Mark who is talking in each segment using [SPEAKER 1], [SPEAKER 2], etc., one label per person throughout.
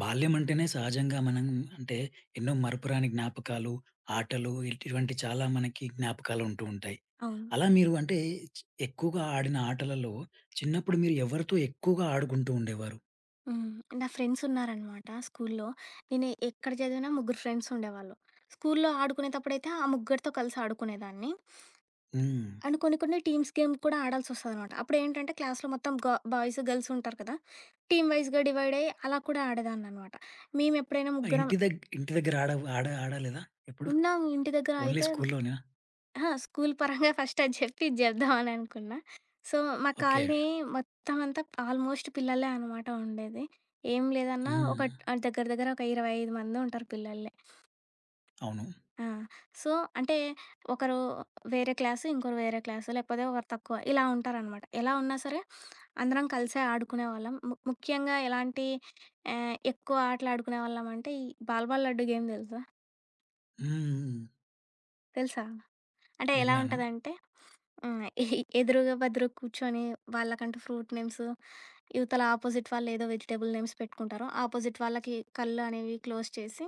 [SPEAKER 1] బాల్యమంటేనే సహజంగా మనం అంటే ఎన్నో మరపురాని జ్ఞాపకాలు, ఆటలు ఇటువంటి చాలా మనకి జ్ఞాపకాలు ఉంటూ ఉంటాయి.
[SPEAKER 2] అవును.
[SPEAKER 1] అలా మీరు అంటే చ్ ఎక్కువగా ఆడిన ఆటలలో చిన్నప్పుడు మీరు ఎవరితో ఎక్కువగా ఆడుకుంటూ ఉండేవారు?
[SPEAKER 2] హ్మ్. నా ఫ్రెండ్స్ ఉన్నారనమాట స్కూల్లో. నేను ఎక్కడ చదివినా ముగ్గురు ఫ్రెండ్స్ ఉండేవాళ్ళు. స్కూల్లో ఆడుకునేటప్పుడైతే ఆ ముగ్గురితో కలిసి ఆడుకునేదాన్ని.
[SPEAKER 1] హ్మ్.
[SPEAKER 2] అండ్ కొన్ని కొన్ని టీమ్స్ గేమ్ కూడా ఆడాల్సొస్తదనమాట. అప్పుడేంటంటే క్లాస్‌లో మొత్తం బాయ్స్, గర్ల్స్ ఉంటారు కదా! టీమ్ వైస్‌గా డివైడ్ అయ్యి అలా కూడా ఆడేదాన్ననమాట. మేమెప్పుడైనా ముగ్గురం
[SPEAKER 1] ఇంటి దగ్గర ఆడ ఆడ ఆడలేదా ఎప్పుడు?
[SPEAKER 2] ఉన్నాం. ఇంటి దగ్గర
[SPEAKER 1] ఓన్లీ
[SPEAKER 2] అయితే
[SPEAKER 1] స్కూల్‌లోనా?
[SPEAKER 2] అహా, స్కూలు పరంగా ఫస్ట్ అది చెప్పి ఇది జేద్దామని అనుకున్నా. సో, మా
[SPEAKER 1] ఓకే.
[SPEAKER 2] కాలనీ మొత్తం అంతా ఆల్మోస్ట్ పిల్లలే అనమాట ఉండేది. ఏం లేదన్నా ఒక
[SPEAKER 1] హ్మ్.
[SPEAKER 2] దగ్గర దగ్గర ఒక 25 మంది ఉంటారు పిల్లలే.
[SPEAKER 1] అవును.
[SPEAKER 2] ఆ! సో, అంటే ఒకరు వేరే క్లాసు, ఇంకోరు వేరే క్లాసు, లేకపోతే ఒకరు తక్కువ ఇలా ఉంటారనమాట. ఎలా ఉన్నా సరే అందరం కలిసే ఆడుకునేవాళ్ళం. ముఖ్యంగా ఎలాంటి ఎక్కువ ఆటలు ఆడుకునేవాళ్ళం అంటే ఈ బాల్ బాల్ లడ్డు గేమ్ తెలుసా?
[SPEAKER 1] హ్మ్.
[SPEAKER 2] తెలుసా? అంటే ఎలా
[SPEAKER 1] విన్నాను.
[SPEAKER 2] ఉంటదంటే, హ్మ్. ఎ ఎదురుగా బెదురుగా కూర్చొని వాళ్ళకంటూ ఫ్రూట్ నేమ్స్, ఇవతల అపోజిట్ వాళ్ళు ఏదో వెజిటబుల్ నేమ్స్ పెట్టుకుంటారు. అపోజిట్ వాళ్ళకి కళ్ళు అనేవి క్లోజ్ చేసి,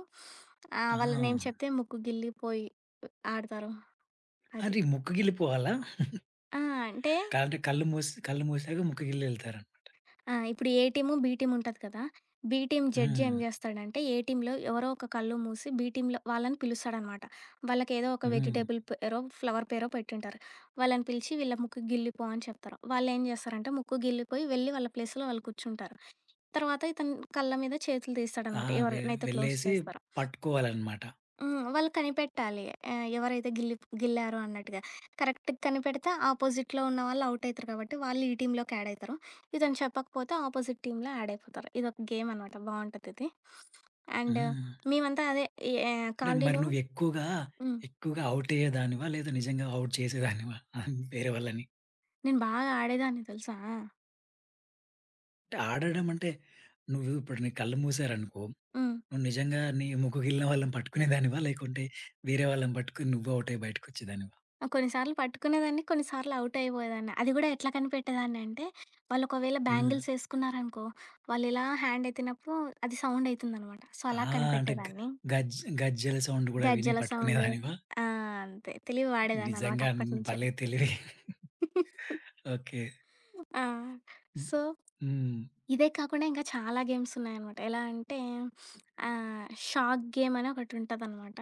[SPEAKER 1] ఆ!
[SPEAKER 2] వాళ్ళ నేమ్ చెప్తే ముక్కు గిల్లి పోయి ఆడతారు. అది.
[SPEAKER 1] అది ముక్కుగిల్లిపోవాలా?
[SPEAKER 2] ఆ! అంటే
[SPEAKER 1] అంటే కళ్ళు మూసి కళ్ళు మూసాక ముక్కుగిల్లి ఎళ్తారని.
[SPEAKER 2] ఆ! ఇప్పుడు ఏ టీము, బీ టీమ్ ఉంటది కదా! బీ టీమ్ జడ్జి ఏం
[SPEAKER 1] హ్మ్.
[SPEAKER 2] జేస్తాడంటే, ఏ టీమ్‌లో ఎవరో ఒక కళ్ళు మూసి బీ టీమ్‌లో వాళ్ళని పిలుస్తాడనమాట. వాళ్ళకేదో ఒక
[SPEAKER 1] హ్మ్.
[SPEAKER 2] వెజిటబుల్ పేరో, ఫ్లవర్ పేరో పెట్టుంటారు. వాళ్ళని పిలిచి వీళ్ళ ముక్కు గిల్లిపో అని చెప్తారు. వాళ్ళేం జేస్తారంటే, ముక్కు గిల్లిపోయి వెళ్లి వాళ్ళ ప్లేస్‌లో వాళ్ళు కూర్చుంటారు. తర్వాత ఇతను కళ్ళ మీద చేతులు
[SPEAKER 1] ఆ!
[SPEAKER 2] తీస్తాడనమాట.
[SPEAKER 1] వె
[SPEAKER 2] ఎవరినైతే క్లోజ్
[SPEAKER 1] వెళ్ళేసి
[SPEAKER 2] చేస్తారో.
[SPEAKER 1] పట్టుకోవాలనమాట.
[SPEAKER 2] హ్మ్. వాళ్ళు కనిపెట్టాలి. ఆహ్, ఎవరైతే గిల్లి గిల్లారో అన్నట్టుగా. కరెక్ట్‌గా కనిపెడితే ఆపోజిట్‌లో ఉన్న వాళ్ళు ఔట్ అయితరు కాబట్టి, వాళ్ళు ఈ టీమ్‌లోకి యాడ్ అయితరు. ఇతను చెప్పకపోతే ఆపోజిట్ టీమ్‌లో యాడ్ అయిపోతారు. ఇదొక గేమ్ అనమాట. బావుంటదిది. అండ్
[SPEAKER 1] హ్మ్.
[SPEAKER 2] మేమంతా అదే
[SPEAKER 1] అంటే మరి
[SPEAKER 2] కాలనీలో
[SPEAKER 1] నువ్వెక్కువగా,
[SPEAKER 2] హ్మ్.
[SPEAKER 1] ఎక్కువగా ఎక్కువగా ఔట్ అయ్యేదానివా? లేదా నిజంగా ఔట్ చేసేదానివా వేరే వాళ్ళని?
[SPEAKER 2] నేను బాగా ఆడేదాన్ని తెలుసా!
[SPEAKER 1] అంటే ఆడడం అంటే నువ్వు ఇప్పుడు నీ కళ్ళు మూసారనుకో,
[SPEAKER 2] హ్మ్.
[SPEAKER 1] నువ్వు నిజంగా నీ ముక్కుగిల్లిన వాళ్ళని పట్టుకునేదానివా? లేకుంటే వేరే వాళ్ళని పట్టుకొని నువ్వు ఔట్ అయ్యి బయటకొచ్చేదానివా?
[SPEAKER 2] కొన్ని సార్లు పట్టుకునేదాన్ని. కొన్ని సార్లు ఔట్ అయిపోయేదాన్ని. అది గూడా ఎట్లా కనిపెట్టేదాన్ని అంటే, వాళ్ళు ఒకవేళ
[SPEAKER 1] హ్మ్.
[SPEAKER 2] బ్యాంగిల్స్ ఏసుకున్నారనుకో, వాళ్ళు ఇలా హ్యాండ్ ఎత్తినప్పుడు అది సౌండ్ అయితుందనమాట. సో, అలా
[SPEAKER 1] ఆ! అంటే గ
[SPEAKER 2] కనిపెట్టేదాన్ని.
[SPEAKER 1] గజ్ గజ్జెల సౌండ్ గూడా విని
[SPEAKER 2] గజ్జెల సౌండు.
[SPEAKER 1] పట్టుకునేదానివా?
[SPEAKER 2] ఆ! అంతే. తెలివి వాడేదాన్ననమాట
[SPEAKER 1] నిజంగా
[SPEAKER 2] అప్పటినుంచే.
[SPEAKER 1] భలే తెలివి. ఓకే.
[SPEAKER 2] ఆ! సో,
[SPEAKER 1] హ్మ్.
[SPEAKER 2] ఇదే కాకుండా ఇంకా చాలా గేమ్స్ ఉన్నాయనమాట. ఎలా అంటే ఆహ్, షాక్ గేమ్ అని ఒకటుంటదనమాట.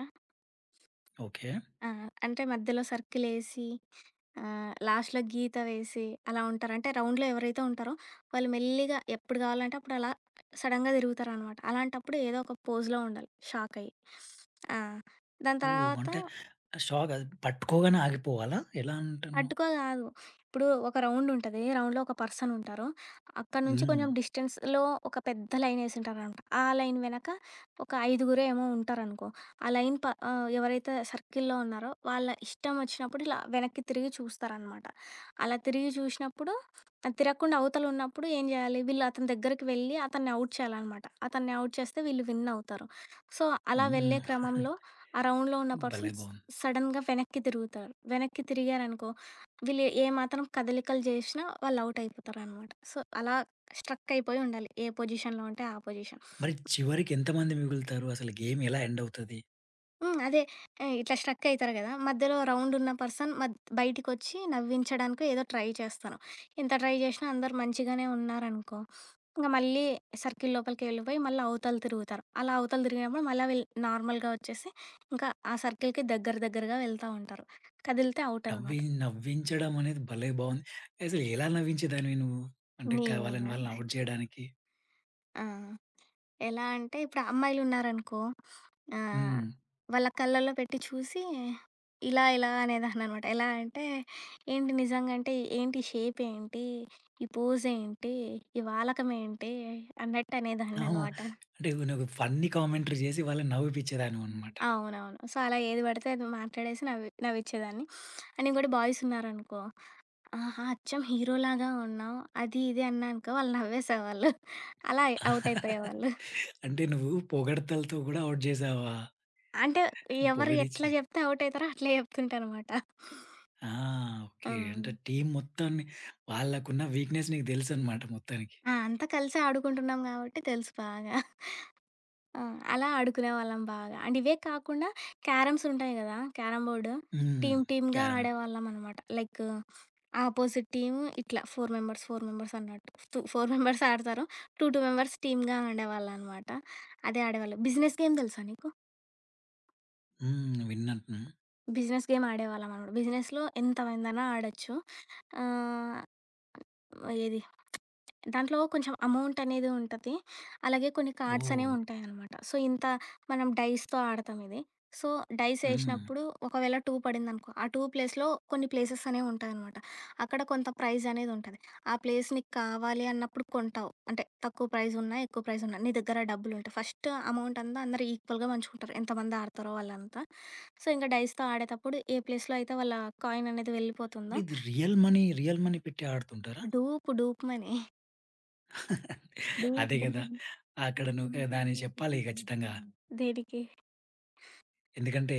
[SPEAKER 1] ఓకే.
[SPEAKER 2] ఆ! అంటే మధ్యలో సర్కిలేసి లాస్ట్‌లో గీత వేసి అలా ఉంటారు. అంటే రౌండ్‌లో ఎవరైతే ఉంటారో వాళ్ళు మెల్లిగా ఎప్పుడు కావాలంటే అప్పుడు అలా సడెన్‌గా తిరుగుతారనమాట. అలాంటప్పుడు ఏదో ఒక పోజ్‌లో ఉండాలి షాకయ్యి. ఆ! దాని
[SPEAKER 1] ఓహ్!
[SPEAKER 2] తర్వాత
[SPEAKER 1] అంటే ఆ షాక్ అది పట్టుకోగానే ఆగిపోవాలా? ఎలా అంటున్నావు?
[SPEAKER 2] అడ్డుకో కాదు. ఇప్పుడు ఒక రౌండ్ ఉంటది. రౌండ్‌లో ఒక పర్సన్ ఉంటారు. అక్కడి నుంచి
[SPEAKER 1] హ్మ్.
[SPEAKER 2] కొంచెం డిస్టెన్స్‌లో ఒక పెద్ద లైన్ ఏసుంటారనమాట. ఆ లైన్ వెనక ఒక ఐదుగురో ఏమో ఉంటారనుకో. ఆ లైన్ ప ఆహ్, ఎవరైతే సర్కిల్‌లో ఉన్నారో వాళ్ళ ఇష్టం వచ్చినప్పుడు ఇలా వెనక్కి తిరిగి చూస్తారనమాట. అలా తిరిగి చూసినప్పుడు తిరగకుండా అవతల ఉన్నప్పుడు ఏం జేయాలి? వీళ్ళు అతని దగ్గరికి వెళ్ళి అతన్ని ఔట్ చేయాలనమాట. అతన్ని ఔట్ చేస్తే వీళ్ళు విన్ అవుతారు. సో, అలా
[SPEAKER 1] హ్మ్.
[SPEAKER 2] వెళ్ళే క్రమంలో ఆ రౌండ్‌లో ఉన్న
[SPEAKER 1] భలే
[SPEAKER 2] పర్సన్స్
[SPEAKER 1] బావుంది.
[SPEAKER 2] సడెన్‌గా వెనక్కి తిరుగుతారు. వెనక్కి తిరిగారనుకో వీళ్ళు ఏ మాత్రం కదలికలు చేసినా వాళ్ళు ఔట్ అయిపోతారనమాట. సో, అలా స్ట్రక్ అయిపోయి ఉండాలి. ఏ పొజిషన్‌లో ఉంటే ఆ పొజిషన్.
[SPEAKER 1] మరి చివరికి ఎంతమంది మిగులుతారు? అసలు గేమ్ ఎలా ఎండ్ అవుతది?
[SPEAKER 2] హ్మ్. అదే ఇట్లా స్ట్రక్ అయితారు కదా! మధ్యలో రౌండ్ ఉన్న పర్సన్ బయటికొచ్చి నవ్వించడానికో ఏదో ట్రై చేస్తారు. ఎంత ట్రై చేసినా అందరూ మంచిగానే ఉన్నారనుకో, ఇంక మళ్ళీ సర్కిల్ లోపలికి వెళ్ళిపోయి మళ్ళీ అవతల తిరుగుతారు. అలా అవతల తిరిగినప్పుడు మళ్ళా వీళ్ళు నార్మల్‌గా వచ్చేసి ఇంకా ఆ సర్కిల్‌కి దగ్గర దగ్గరగా వెళ్తా ఉంటారు. కదిలితే ఔట్
[SPEAKER 1] నవ్వి
[SPEAKER 2] అనమాట.
[SPEAKER 1] నవ్వించడం అనేది భలే బావుంది. అసలు ఎలా నవ్వించేదానివి నువ్వు? అంటే కావాలని
[SPEAKER 2] నేనా?
[SPEAKER 1] వాళ్ళని ఔట్ జేయడానికి.
[SPEAKER 2] ఆ! ఎలా అంటే ఇప్పుడు అమ్మాయిలున్నారనుకో, ఆహ్,
[SPEAKER 1] హ్మ్.
[SPEAKER 2] వాళ్ళ కళ్ళల్లో పెట్టి చూసి ఇలా ఇలా అనేదాన్ననమాట. ఎలా అంటే, "ఏంటి నిజంగా అంటే ఏంటి షేప్ ఏంటి? ఈ పోజ్ ఏంటి? ఈ వాలకం ఏంటి?" అన్నట్టు
[SPEAKER 1] అవును.
[SPEAKER 2] అనేదాన్ననమాట.
[SPEAKER 1] అంటే నువ్వు ఫన్నీ కామెంటరీ జేసి వాళ్ళని
[SPEAKER 2] హ్మ్.
[SPEAKER 1] నవ్విపిచ్చేదానివన్నమాట.
[SPEAKER 2] అవునవును. సో, అలా ఏది పడితే అది మాట్లాడేసి నవ్వి నవ్విచ్చేదాన్ని. అండ్ ఇంకోటి బాయ్స్ ఉన్నారనుకో, "ఆహా! అచ్చం హీరోలాగా ఉన్నావు." అది ఇది అన్నా అనుకో, వాళ్ళు నవ్వేసేవాళ్ళు. అలా అవుట్ అయిపోయేవాళ్ళు.
[SPEAKER 1] అంటే నువ్వు పొగడ్తలతో గూడా ఔట్ జేసావా?
[SPEAKER 2] అంటే ఎవరు ఎట్లా
[SPEAKER 1] పొగిడిచ్చి.
[SPEAKER 2] చెప్తే ఔట్ అయితారో అట్లే చెప్తుంటానమాట.
[SPEAKER 1] ఆ!
[SPEAKER 2] ఆ!
[SPEAKER 1] ఓకే. అంటే టీమ్ మొత్తాన్ని వాళ్ళకున్న వీక్‌నెస్ నీకు తెలుసనమాట మొత్తానికి.
[SPEAKER 2] ఆ! అంతా కలిసి ఆడుకుంటున్నాం గాబట్టి తెలుసు బాగా. ఆ! అలా ఆడుకునేవాళ్ళం బాగా. అండ్ ఇవే కాకుండా క్యారమ్స్ ఉంటాయి గదా! క్యారమ్ బోర్డ్
[SPEAKER 1] హ్మ్.
[SPEAKER 2] టీమ్‌గా
[SPEAKER 1] క్యారమ్.
[SPEAKER 2] ఆడేవాళ్ళమనమాట. లైక్ ఆపోజిట్ టీమ్ ఇట్లా 4 మెంబర్స్, 4 మెంబర్స్ అన్నట్టు. టూ 4 మెంబర్స్ ఆడతారు. 2, 2 మెంబర్స్ టీమ్‌గా ఆడేవాళ్ళనమాట. అదే ఆడేవాళ్ళం. బిజినెస్ గేమ్ తెలుసా నీకు?
[SPEAKER 1] హ్మ్. విన్నట్టు.
[SPEAKER 2] బిజినెస్ గేమ్ ఆడేవాళ్ళమనమాట. బిజినెస్‌లో ఎంతమందైనా ఆడొచ్చు. ఆహ్, ఏది దాంట్లో కొంచెం అమౌంట్ అనేది ఉంటది. అలాగే కొన్ని కార్డ్స్
[SPEAKER 1] ఓహ్!
[SPEAKER 2] అనేవుంటాయనమాట. సో, ఇంత మనం డైస్‌తో ఆడతాం ఇది. సో, డైస్
[SPEAKER 1] హ్మ్.
[SPEAKER 2] ఏసినప్పుడు ఒకవేళ 2 పడిందనుకో, ఆ 2 ప్లేస్‌లో కొన్ని ప్లేసెస్ అనేవుంటాయనమాట. అక్కడ కొంత ప్రైజ్ అనేదుంటది. ఆ ప్లేస్ నీకు కావాలి అన్నప్పుడు కొంటావు. అంటే తక్కువ ప్రైజున్నా, ఎక్కువ ప్రైజున్నా నీ దగ్గర డబ్బులుంటాయి. ఫస్ట్ అమౌంట్ అంతా అందరూ ఈక్వల్‌గా పంచుకుంటారు. ఎంతమంది ఆడతారో వాళ్ళంతా. సో, ఇంక డైస్‌తో ఆడేటప్పుడు ఏ ప్లేస్‌లో అయితే వాళ్ళ కాయిన్ అనేది
[SPEAKER 1] అంటే
[SPEAKER 2] వెళ్ళిపోతుందో
[SPEAKER 1] ఇది రియల్ మనీ పెట్టి ఆడుతుంటారా?
[SPEAKER 2] డూప్ డూప్‌మని
[SPEAKER 1] అదే
[SPEAKER 2] డూప్
[SPEAKER 1] గదా! అక్కడ నువ్వు దాన్ని చెప్పాలి ఖచ్చితంగా.
[SPEAKER 2] దేనికి?
[SPEAKER 1] ఎందుకంటే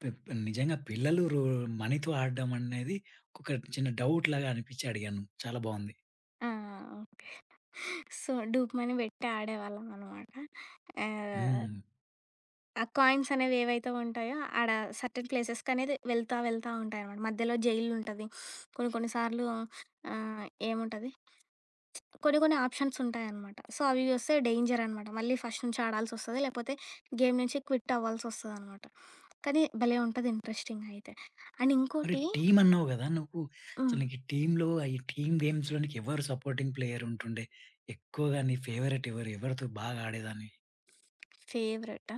[SPEAKER 1] పె పె నిజంగా పిల్లలు మనీతో ఆడడం అనేది ఒక చిన్న డౌట్ లాగా అనిపించి అడిగాను. చాలా బావుంది.
[SPEAKER 2] ఆ! ఓకే. సో, డూప్ మని బెట్టి ఆడేవాళ్ళమనమాట. ఆహ్,
[SPEAKER 1] హ్మ్.
[SPEAKER 2] ఆ కాయిన్స్ అనేవేవైతే ఉంటాయో సర్టెన్ ప్లేసెస్‌కనేది వెళ్తా, వెళ్తా ఉంటాయనమాట. మధ్యలో జైలుంటది. కొన్ని కొన్ని సార్లు ఏముంటది? కొన్ని కొన్ని ఆప్షన్స్ ఉంటాయనమాట. సో, అవి వస్తే డేంజరనమాట. మళ్ళీ ఫస్ట్ నుంచి ఆడాల్సొస్తది. లేకపోతే గేమ్ నుంచి క్విట్ అవ్వాల్సొస్తదనమాట. కానీ భలే ఉంటది ఇంట్రెస్టింగ్‌గా అయితే. అండ్
[SPEAKER 1] మరి
[SPEAKER 2] ఇంకోటి
[SPEAKER 1] టీమ్ అన్నావు గదా! నువ్వు
[SPEAKER 2] హ్మ్.
[SPEAKER 1] అసలు నీకు టీమ్‌లో ఈ టీమ్ గేమ్స్‌లో నీకు ఎవరు సపోర్టింగ్ ప్లేయర్ ఉంటుండే? ఎక్కువగా నీ ఫేవరెట్ ఎవరు? ఎవరితో బాగా ఆడేదానివి?
[SPEAKER 2] ఫేవరెటా?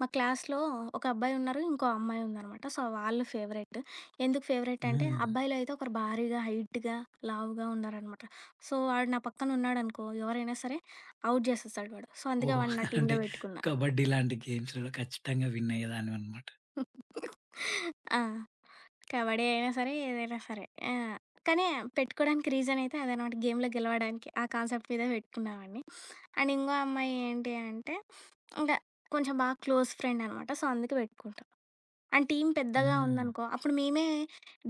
[SPEAKER 2] మా క్లాస్‌లో ఒక అబ్బాయి ఉన్నారు. ఇంకో అమ్మాయి ఉందనమాట. సో, వాళ్ళు ఫేవరెట్. ఎందుకు ఫేవరెట్ అంటే
[SPEAKER 1] హ్మ్.
[SPEAKER 2] అబ్బాయిలో అయితే ఒకరు భారీగా, హైట్‌గా, లావుగా ఉన్నారనమాట. సో, వాడు నా పక్కన ఉన్నాడనుకో ఎవరైనా సరే ఔట్ చేసేస్తాడు వాడు. సో, అందుకే
[SPEAKER 1] ఓహ్!
[SPEAKER 2] వాడిని నా
[SPEAKER 1] అంటే
[SPEAKER 2] టీమ్‌లో పెట్టుకున్నా.
[SPEAKER 1] కబడ్డీ లాంటి గేమ్స్‌లలో ఖచ్చితంగా విన్ అయ్యేదానివన్నమాట.
[SPEAKER 2] ఆ! కబడ్డీ అయినా సరే, ఏదైనా సరే. ఆ! కానీ పెట్టుకోవడానికి రీజన్ అయితే అదనమాట. గేమ్‌లో గెలవడానికి. ఆ కాన్సెప్ట్ మీదే పెట్టుకున్నా వాడిని. అండ్ ఇంకో అమ్మాయి ఏంటి అంటే, ఇంక కొంచెం బాగా క్లోజ్ ఫ్రెండ్ అనమాట. సో, అందుకే పెట్టుకున్నా. అండ్ టీమ్ పెద్దగా
[SPEAKER 1] హ్మ్.
[SPEAKER 2] ఉందనుకో, అప్పుడు మేమే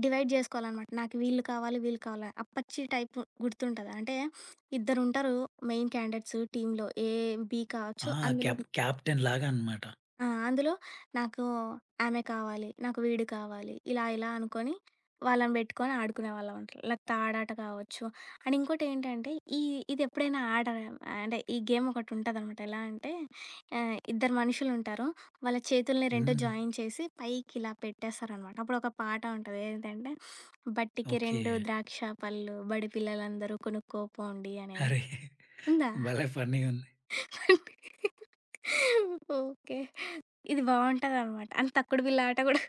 [SPEAKER 2] డివైడ్ జేసుకోవాలనమాట. నాకు వీళ్ళు కావాలి, వీళ్ళు కావాలి. అప్పచ్చి టైపు గుర్తుంటదా? అంటే ఇద్దరుంటారు మెయిన్ క్యాండిడేట్స్ టీమ్‌లో. ఏ, బీ కావచ్చు.
[SPEAKER 1] ఆ!
[SPEAKER 2] అందులో
[SPEAKER 1] క్యాప్టెన్ లాగా అన్నమాట.
[SPEAKER 2] ఆ! అందులో నాకు ఆమె కావాలి, నాకు వీడు కావాలి, ఇలా ఇలా అనుకోని వాళ్ళని పెట్టుకొని ఆడుకునేవాళ్ళమంట. లైక్ తాడాట కావచ్చు. అండ్ ఇంకోటేంటంటే ఈ ఇదెప్పుడైనా ఆడారా అంటే ఈ గేమ్ ఒకటుంటదనమాట. ఎలా అంటే ఇద్దరు మనుషులుంటారు. వాళ్ళ చేతుల్ని 2
[SPEAKER 1] హ్మ్.
[SPEAKER 2] జాయిన్ చేసి పైకిలా పెట్టేస్తారనమాట. అప్పుడొక పాట ఉంటది. ఏంటంటే బట్టికి
[SPEAKER 1] ఓకే.
[SPEAKER 2] 2 ద్రాక్ష పళ్ళు బడి పిల్లలందరూ కొనుక్కోపోండి అనేది.
[SPEAKER 1] అరే!
[SPEAKER 2] ఉందా?
[SPEAKER 1] భలే ఫన్నీగుంది.
[SPEAKER 2] ఓకే. ఇది బావుంటదనమాట. అండ్ తక్కుడు బిళ్ళ ఆట గూడా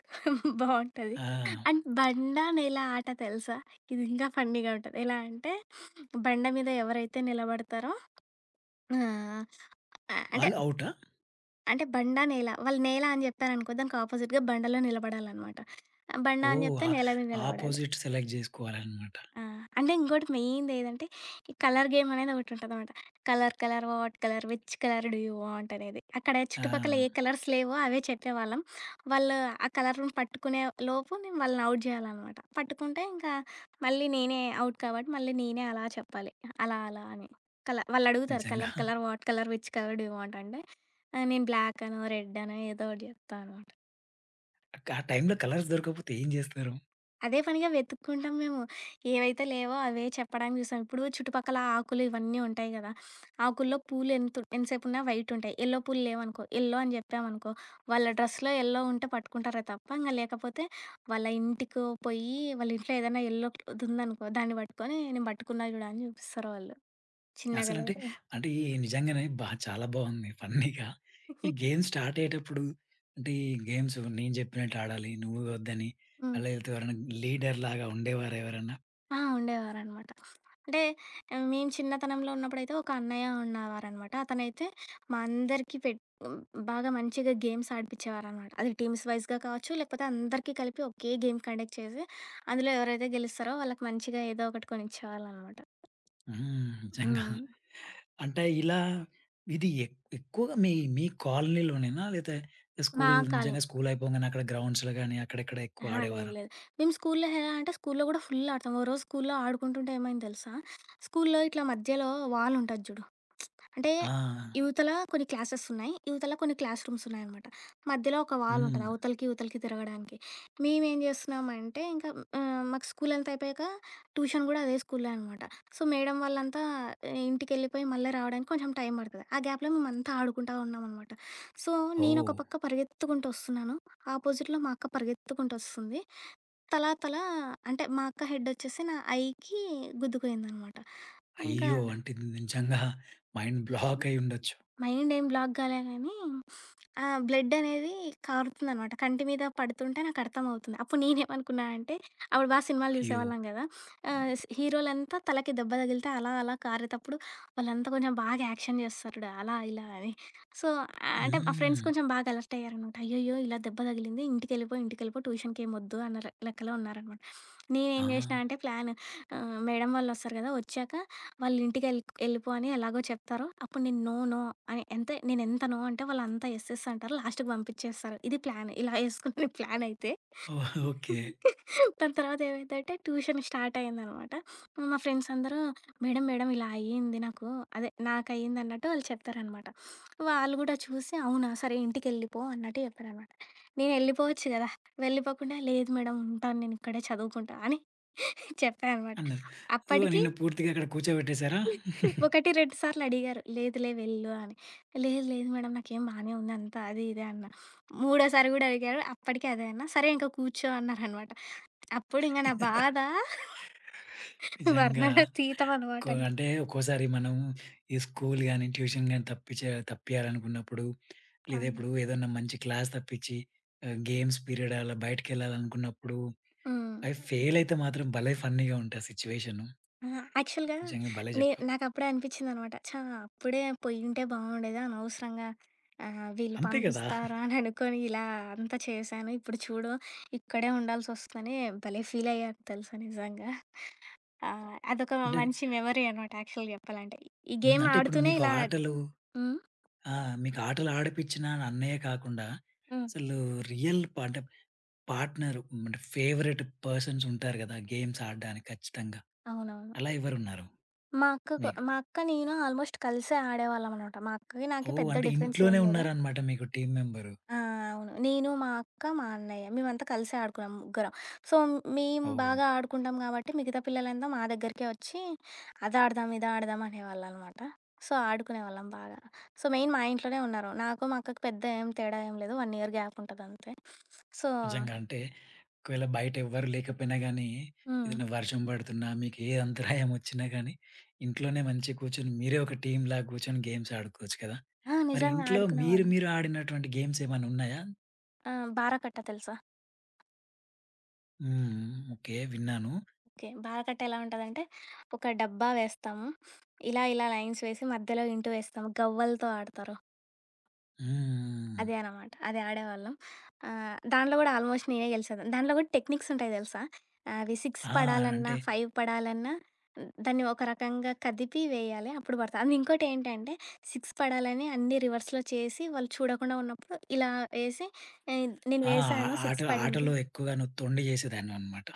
[SPEAKER 2] బావుంటది.
[SPEAKER 1] ఆ!
[SPEAKER 2] అండ్ బండ, నేల ఆట తెలుసా? ఇది ఇంకా ఫన్నీగా ఉంటది. ఎలా అంటే బండ మీద ఎవరైతే నిలబడతారో ఆహ్, ఆహ్, అంటే
[SPEAKER 1] వాళ్ళు ఔటా?
[SPEAKER 2] అంటే బండ, నేల వాళ్ళు నేల అని జెప్పారనుకో దానికి అపోజిట్‌గా బండలో నిలబడాలనమాట. బండ అని
[SPEAKER 1] ఓహ్!
[SPEAKER 2] జెప్తే నేల మీద
[SPEAKER 1] ఆ
[SPEAKER 2] నిలబడాలి.
[SPEAKER 1] ఆపోజిట్ సెలెక్ట్ జేసుకోవాలన్నమాట.
[SPEAKER 2] ఆ! అంటే ఇంకోటి మెయిన్‌దేదంటే, ఈ కలర్ గేమ్ అనేది ఒకటుంటదనమాట. Colour colour what colour which colour do you want అనేది. అక్కడ
[SPEAKER 1] ఆ!
[SPEAKER 2] చుట్టుపక్కల ఏ కలర్స్ లేవో అవే చెప్పేవాళ్ళం. వాళ్ళు ఆ కలర్‌ని పట్టుకునే లోపు నేను వాళ్ళని ఔట్ జేయాలనమాట. పట్టుకుంటే ఇంకా మళ్ళీ నేనే ఔట్ కాబట్టి మళ్ళీ నేనే అలా చెప్పాలి. అలా అలా అని. వాళ్ళడుగుతారు
[SPEAKER 1] నిజంగా.
[SPEAKER 2] Colour colour what colour which colour do you want అంటే, నేను బ్లాక్ అనో, రెడ్ అనో ఏదో ఒకటి జెప్తా అనమాట.
[SPEAKER 1] ఆ టైంలో కలర్స్ దొరకకపోతే ఏం జేస్తారు?
[SPEAKER 2] అదే పనిగా వెతుక్కుంటాం మేము. ఏవైతే లేవో అవే చెప్పడానికి చూసాం. ఇప్పుడు చుట్టుపక్కల ఆకులు ఇవన్నీ ఉంటాయి గదా! ఆకుల్లో పూలు ఎంతసేపున్నా వైట్ ఉంటాయి. యెల్లో పూలు లేవనుకో, యెల్లో అని జెప్పామనుకో, వాళ్ళ డ్రెస్‌లో యెల్లో ఉంటే పట్టుకుంటారే తప్ప, ఇంగ లేకపోతే వాళ్ళ ఇంటికో పోయి వాళ్ళ ఇంట్లో ఏదైనా యెల్లో ఉందనుకో, దాన్ని పట్టుకొని నేను పట్టుకున్నా జూడు అని చూపిస్తారు వాళ్ళు. చిన్నగా
[SPEAKER 1] అసలంటే,
[SPEAKER 2] లేదు.
[SPEAKER 1] అంటే ఈ నిజంగానే చాలా బావుంది ఫన్నీగా. ఈ గేమ్ స్టార్ట్ అయ్యేటప్పుడు అంటే ఈ గేమ్స్ నేను చెప్పినట్టు ఆడాలి. నువ్వు వద్దని
[SPEAKER 2] హ్మ్.
[SPEAKER 1] అలా లేతే ఎవరైనా లీడర్‌లాగా ఉండేవారా ఎవరన్నా?
[SPEAKER 2] ఆ! ఉండేవారనమాట. అంటే మేము చిన్నతనంలో ఉన్నప్పుడైతే ఒక అన్నయ్య ఉండేవారనమాట. అతనైతే మా అందరికీ బాగా మంచిగా గేమ్స్ ఆడిపిచ్చేవారనమాట. అది టీమ్స్ వైస్‌గా కావచ్చు, లేకపోతే అందరికీ కలిపి ఒకే గేమ్ కండక్ట్ చేసి, అందులో ఎవరైతే గెలుస్తారో వాళ్ళకి మంచిగా ఏదో ఒకటి కొనిచ్చేవాళ్ళనమాట.
[SPEAKER 1] హ్మ్. నిజంగా.
[SPEAKER 2] హ్మ్.
[SPEAKER 1] అంటే ఇలా ఇది ఎక్కువగా మీ మీ కాలనీలోనేనా? లేతే
[SPEAKER 2] మా
[SPEAKER 1] స్కూల్
[SPEAKER 2] కాలం
[SPEAKER 1] నిజంగా స్కూల్ అయిపోగానే అక్కడ గ్రౌండ్స్‌లో గాని అక్కడెక్కడ ఎక్కువ
[SPEAKER 2] అహా! లేదు
[SPEAKER 1] ఆడేవారా?
[SPEAKER 2] లేదు. మేము స్కూల్లో ఎలా అంటే స్కూల్లో గూడా ఫుల్ ఆడతాం. ఓ రోజు స్కూల్లో ఆడుకుంటుంటే ఏమైంది తెలుసా? స్కూల్లో ఇట్లా మధ్యలో వాల్ ఉంటది జూడు. అంటే
[SPEAKER 1] ఆ!
[SPEAKER 2] యువతల కొన్ని క్లాసెస్ ఉన్నాయి. యువతల కొన్ని క్లాస్ రూమ్స్ ఉన్నాయనమాట. మధ్యలో ఒక వాల్ ఉంటది.
[SPEAKER 1] హ్మ్.
[SPEAKER 2] అవతలకి, ఇవతలకి తిరగడానికి. మేమేం జేస్తున్నామంటే ఇంకా మాకు స్కూల్ అంతా అయిపోయాక ట్యూషన్ గూడా అదే స్కూలే అనమాట. సో, మేడం వాళ్ళంతా ఇంటికెళ్ళిపోయి మళ్ళీ రావడానికి కొంచెం టైం పడతది. ఆ గ్యాప్‌లో మేమంతా ఆడుకుంటా ఉన్నామనమాట. సో,
[SPEAKER 1] ఓహ్!
[SPEAKER 2] నేనొక పక్క పరిగెత్తుకుంటూ వస్తున్నాను. ఆపోజిట్‌లో మా అక్క పరిగెత్తుకుంటూ వస్తుంది. తలా తలా అంటే మా అక్క హెడ్ వచ్చేసి నా ఐకి గుద్దుకునిందనమాట. ఇంకా
[SPEAKER 1] అయ్యో! అంటే ఇది నిజంగా మైండ్ బ్లాక్ అయ్యుండొచ్చు.
[SPEAKER 2] మైండ్ ఏం బ్లాక్ కాలే గానీ, ఆ బ్లడ్ అనేది కారుతుందనమాట. కంటి మీద పడుతుంటే నాకు అర్థమవుతుంది. అప్పుడు నేనేమనుకున్నా అంటే, అప్పుడు బా సినిమాలు
[SPEAKER 1] అయ్యో!
[SPEAKER 2] చూసేవాళ్ళం గదా! ఆహ్, స్ హీరోలంతా తలకి దెబ్బ తగిలితే అలా అలా కారేతప్పుడు, వాళ్ళంతా కొంచెం బాగా యాక్షన్ చేస్తారు చూడు అలా ఇలా అని. సో, అంటే మా ఫ్రెండ్స్
[SPEAKER 1] హ్మ్.
[SPEAKER 2] కొంచెం బాగా అలర్ట్ అయ్యారనమాట. అయ్యయ్యో! ఇలా దెబ్బ తగిలింది ఇంటికెళ్ళిపో, ఇంటికెళ్ళిపో ట్యూషన్‌కేం వద్దు అన్న లెక్కలో ఉన్నారనమాట.
[SPEAKER 1] ఆ!
[SPEAKER 2] నేనేం జేసినా అంటే ప్లాన్ మేడం వాళ్ళొస్తారు గదా! వచ్చాక వాళ్ళ ఇంటికెళ్ళి వెళ్ళిపో అని ఎలాగో చెప్తారో, అప్పుడు నేను నో, నో అని ఎంత నో అంటే వాళ్ళంతా యెస్, యెస్ అంటారు. లాస్ట్‌కి పంపించేస్తారు. ఇది ప్లాన్. ఇలా యేసుకునే ప్లాన్ అయితే
[SPEAKER 1] ఓహ్! ఓకే.
[SPEAKER 2] దాని తర్వాత ఏమైందంటే ట్యూషన్ స్టార్ట్ అయిందనమాట. మా ఫ్రెండ్స్ అందరూ మేడం, మేడం ఇలా అయ్యింది నాకు. అదే నాకయ్యింది అన్నట్టు వాళ్ళు చెప్తారనమాట. వాళ్ళు గూడా చూసి అవునా! సరే ఇంటికెళ్ళిపో అన్నట్టు చెప్పారనమాట. నేను ఎళ్ళిపోవచ్చు గదా! వెళ్ళిపోకుండా లేదు మేడం ఉంటాను నేనిక్కడే చదువుకుంటా అని చెప్పా అనమాట.
[SPEAKER 1] అన్నారు. సో,
[SPEAKER 2] అప్పటికి
[SPEAKER 1] నిన్ను పూర్తిగా అక్కడ కూర్చోబెట్టేసారా?
[SPEAKER 2] ఒకటి, 2 సార్లు అడిగారు. లేదులే వెళ్ళు అని. లేదు, లేదు మేడం నాకేం బానే ఉంది అంతా అది ఇది అన్నా. మూడోసారి గూడా అడిగారు. అప్పటికి అదే అన్నా. సరే ఇంక కూర్చో అన్నారనమాట. అప్పుడు ఇంగ నా బాధ
[SPEAKER 1] నిజంగా
[SPEAKER 2] వర్ణనాతీతం అనమాట ఇంక.
[SPEAKER 1] అంటే ఒక్కోసారి మనం ఈ స్కూల్ గాని, ట్యూషన్ గాని తప్పియాలనుకున్నప్పుడు,
[SPEAKER 2] ఆ!
[SPEAKER 1] లేదా ఇప్పుడు ఏదన్నా మంచి క్లాస్ తప్పిచ్చి గేమ్స్ పీరియడ్ అలా బయటికెళ్ళాలనుకున్నప్పుడు,
[SPEAKER 2] హ్మ్.
[SPEAKER 1] అవి ఫెయిల్ అయితే మాత్రం భలే ఫన్నీగా ఉంటాయి సిట్యుయేషను.
[SPEAKER 2] అహా! యాక్చువల్‌గా
[SPEAKER 1] నిజంగా భలే చెప్పావు.
[SPEAKER 2] నాకప్పుడే అనిపిచ్చిందనమాట. ఛ! అప్పుడే పొయ్యుంటే బావుండేదా అనవసరంగా వీళ్ళు
[SPEAKER 1] అంతే కదా!
[SPEAKER 2] పంపిస్తారా అని అనుకోని ఇలా అంతా చేశాను. ఇప్పుడు చూడు ఇక్కడే ఉండాల్సొస్తుందని భలే ఫీలయ్యాను తెలుసా నిజంగా. ఆ! అదొక
[SPEAKER 1] అంటే
[SPEAKER 2] మంచి మెమరీ అనమాట యాక్చువల్‌గా చెప్పాలంటే. ఈ
[SPEAKER 1] హ్మ్.
[SPEAKER 2] గేమ్
[SPEAKER 1] అంటే ఇప్పుడు
[SPEAKER 2] ఆడుతూనే
[SPEAKER 1] మీకు
[SPEAKER 2] ఇలా
[SPEAKER 1] ఆటలు
[SPEAKER 2] హ్మ్.
[SPEAKER 1] ఆ! మీకు ఆటలు ఆడిపిచ్చిన అన్నయ్య కాకుండా
[SPEAKER 2] హ్మ్.
[SPEAKER 1] అసలు రియల్ అంటే పార్ట్‌నరు అంటే ఫేవరెట్ పర్సన్స్ ఉంటారు గదా! గేమ్స్ ఆడడానికి ఖచ్చితంగా.
[SPEAKER 2] అవునవును.
[SPEAKER 1] అలా ఎవరున్నారు మీకు?
[SPEAKER 2] మా అక్క నేను ఆల్మోస్ట్ కలిసే ఆడేవాళ్ళం అనమాట. మా అక్కకి నాకి
[SPEAKER 1] ఓహ్!
[SPEAKER 2] పెద్ద
[SPEAKER 1] అంటే
[SPEAKER 2] డిఫరెన్స్
[SPEAKER 1] ఇంట్లోనే
[SPEAKER 2] ఏం లేదు.
[SPEAKER 1] ఉన్నారనమాట మీకు టీమ్ మెంబరు.
[SPEAKER 2] ఆ! అవును. నేను, మా అక్క, మా అన్నయ్య మేమంతా కలిసే ఆడుకున్నాం ముగ్గురం. సో, మేము
[SPEAKER 1] ఓహ్!
[SPEAKER 2] బాగా ఆడుకుంటాం కాబట్టి మిగతా పిల్లలంతా మా దగ్గరికే వచ్చి అదాడదాం, ఇదాడదాం అనేవాళ్ళనమాట. సో, ఆడుకునేవాళ్ళం బాగా. సో, మెయిన్ మా ఇంట్లోనే ఉన్నారు. నాకు, మా అక్కకి పెద్ద ఏం తేడా లేదు. 1 ఇయర్ గ్యాప్ ఉంటదంతే. సో
[SPEAKER 1] నిజంగా అంటే ఒకవేళ బయట ఎవ్వరు లేకపోయినా గానీ,
[SPEAKER 2] హ్మ్.
[SPEAKER 1] ఏదైనా వర్షం పడుతున్నా, మీకు ఏ అంతరాయం వచ్చినా గానీ, ఇంట్లోనే మంచిగా కూర్చొని మీరే ఒక టీమ్‌లాగా కూర్చొని గేమ్స్ ఆడుకోవచ్చు కదా!
[SPEAKER 2] ఆ!
[SPEAKER 1] మరి
[SPEAKER 2] నిజంగా
[SPEAKER 1] ఇంట్లో మీరు
[SPEAKER 2] ఆడుకునేవాళ్ళం.
[SPEAKER 1] మీరు ఆడినటువంటి గేమ్స్ ఏమైనా ఉన్నాయా?
[SPEAKER 2] ఆ! బారాకట్ట తెలుసా?
[SPEAKER 1] హ్మ్. ఓకే. విన్నాను.
[SPEAKER 2] ఓకే. బారాకట్ట ఎలా ఉంటదంటే, ఒక డబ్బా వేస్తాము. ఇలా ఇలా లైన్స్ వేసి మధ్యలో ఇంటూ వేస్తాము. గవ్వలతో ఆడతారు.
[SPEAKER 1] హ్మ్.
[SPEAKER 2] అదే అనమాట. అది ఆడేవాళ్ళం. దాంట్లో గూడా ఆల్మోస్ట్ నేనే గెలిచేదాన్ని. దాంట్లో గూడా టెక్నిక్స్ ఉంటాయి తెలుసా? అవి 6
[SPEAKER 1] ఆ!
[SPEAKER 2] పడాలన్నా,
[SPEAKER 1] అంటే
[SPEAKER 2] 5 పడాలన్నా దాన్ని ఒక రకంగా కదిపి వేయాలి. అప్పుడు పడతాయి. అండ్ ఇంకోటేంటంటే 6 పడాలని అన్నీ రివర్స్‌లో చేసి, వాళ్ళు చూడకుండా ఉన్నప్పుడు ఇలా ఏసి, ఆహ్, నేను
[SPEAKER 1] ఆ!
[SPEAKER 2] వేసాను 6 పడింది.
[SPEAKER 1] ఆటలో ఎక్కువగాను తొండి చేసేదాన్ననమాట.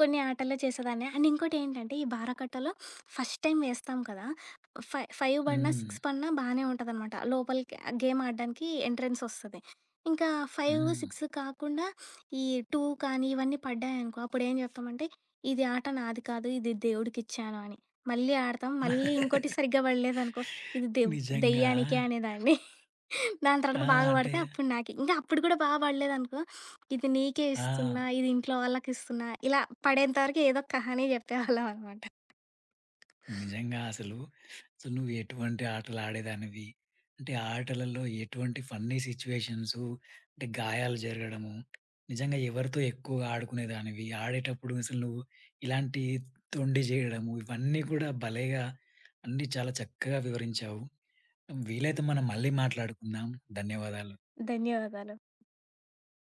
[SPEAKER 2] కొన్ని ఆటల్లో చేసేదాన్ని. అండ్ ఇంకోటేంటంటే, ఈ బారకట్టలో ఫస్ట్ టైం వేస్తాం కదా! ఫైవ్ పడినా,
[SPEAKER 1] హ్మ్.
[SPEAKER 2] 6 పడినా బానే ఉంటదనమాట. లోపలికి ఆ గేమ్ ఆడడానికి ఎంట్రన్సొస్తది. ఇంకా 5,
[SPEAKER 1] హ్మ్.
[SPEAKER 2] 6 కాకుండా ఈ 2 కానీ, ఇవన్నీ పడ్డాయనుకో, అప్పుడేం జెప్తామంటే, "ఇది ఆట నాది కాదు. ఇది దేవుడికిచ్చాను" అని. మళ్ళీ ఆడతాం. మళ్ళీ ఇంకోటి సరిగ్గా పడలేదనుకో, "ఇది దెవ్
[SPEAKER 1] నిజంగా.
[SPEAKER 2] దెయ్యానికే" అనేదాన్ని. దాని
[SPEAKER 1] ఆ!
[SPEAKER 2] తర్వాత బాగా
[SPEAKER 1] అంటే
[SPEAKER 2] పడితే అప్పుడు నాకే. ఇంకా అప్పుడు కూడా బా పడలేదనుకో, ఇది నీకే
[SPEAKER 1] ఆ!
[SPEAKER 2] ఇస్తున్నా, ఇది ఇంట్లో వాళ్ళకిస్తున్నా, ఇలా పడేంత వరకు ఏదో కహాని చెప్పేవాళ్ళమనమాట.
[SPEAKER 1] నిజంగా అసలు నువ్వు ఎటువంటి ఆటలు ఆడేదానివి? అంటే ఆటలలో ఎటువంటి ఫన్నీ సిట్యుయేషన్సు, అంటే గాయాలు జరగడము, నిజంగా ఎవరితో ఎక్కువగా ఆడుకునేదానివి? ఆడేటప్పుడు అసలు నువ్వు ఇలాంటి తొండి చేయడము, ఇవన్నీ కూడా భలేగా అన్నీ చాలా చక్కగా వివరించావు. వీలైతే మనం మళ్ళీ మాట్లాడుకుందాం. ధన్యవాదాలు.
[SPEAKER 2] ధన్యవాదాలు.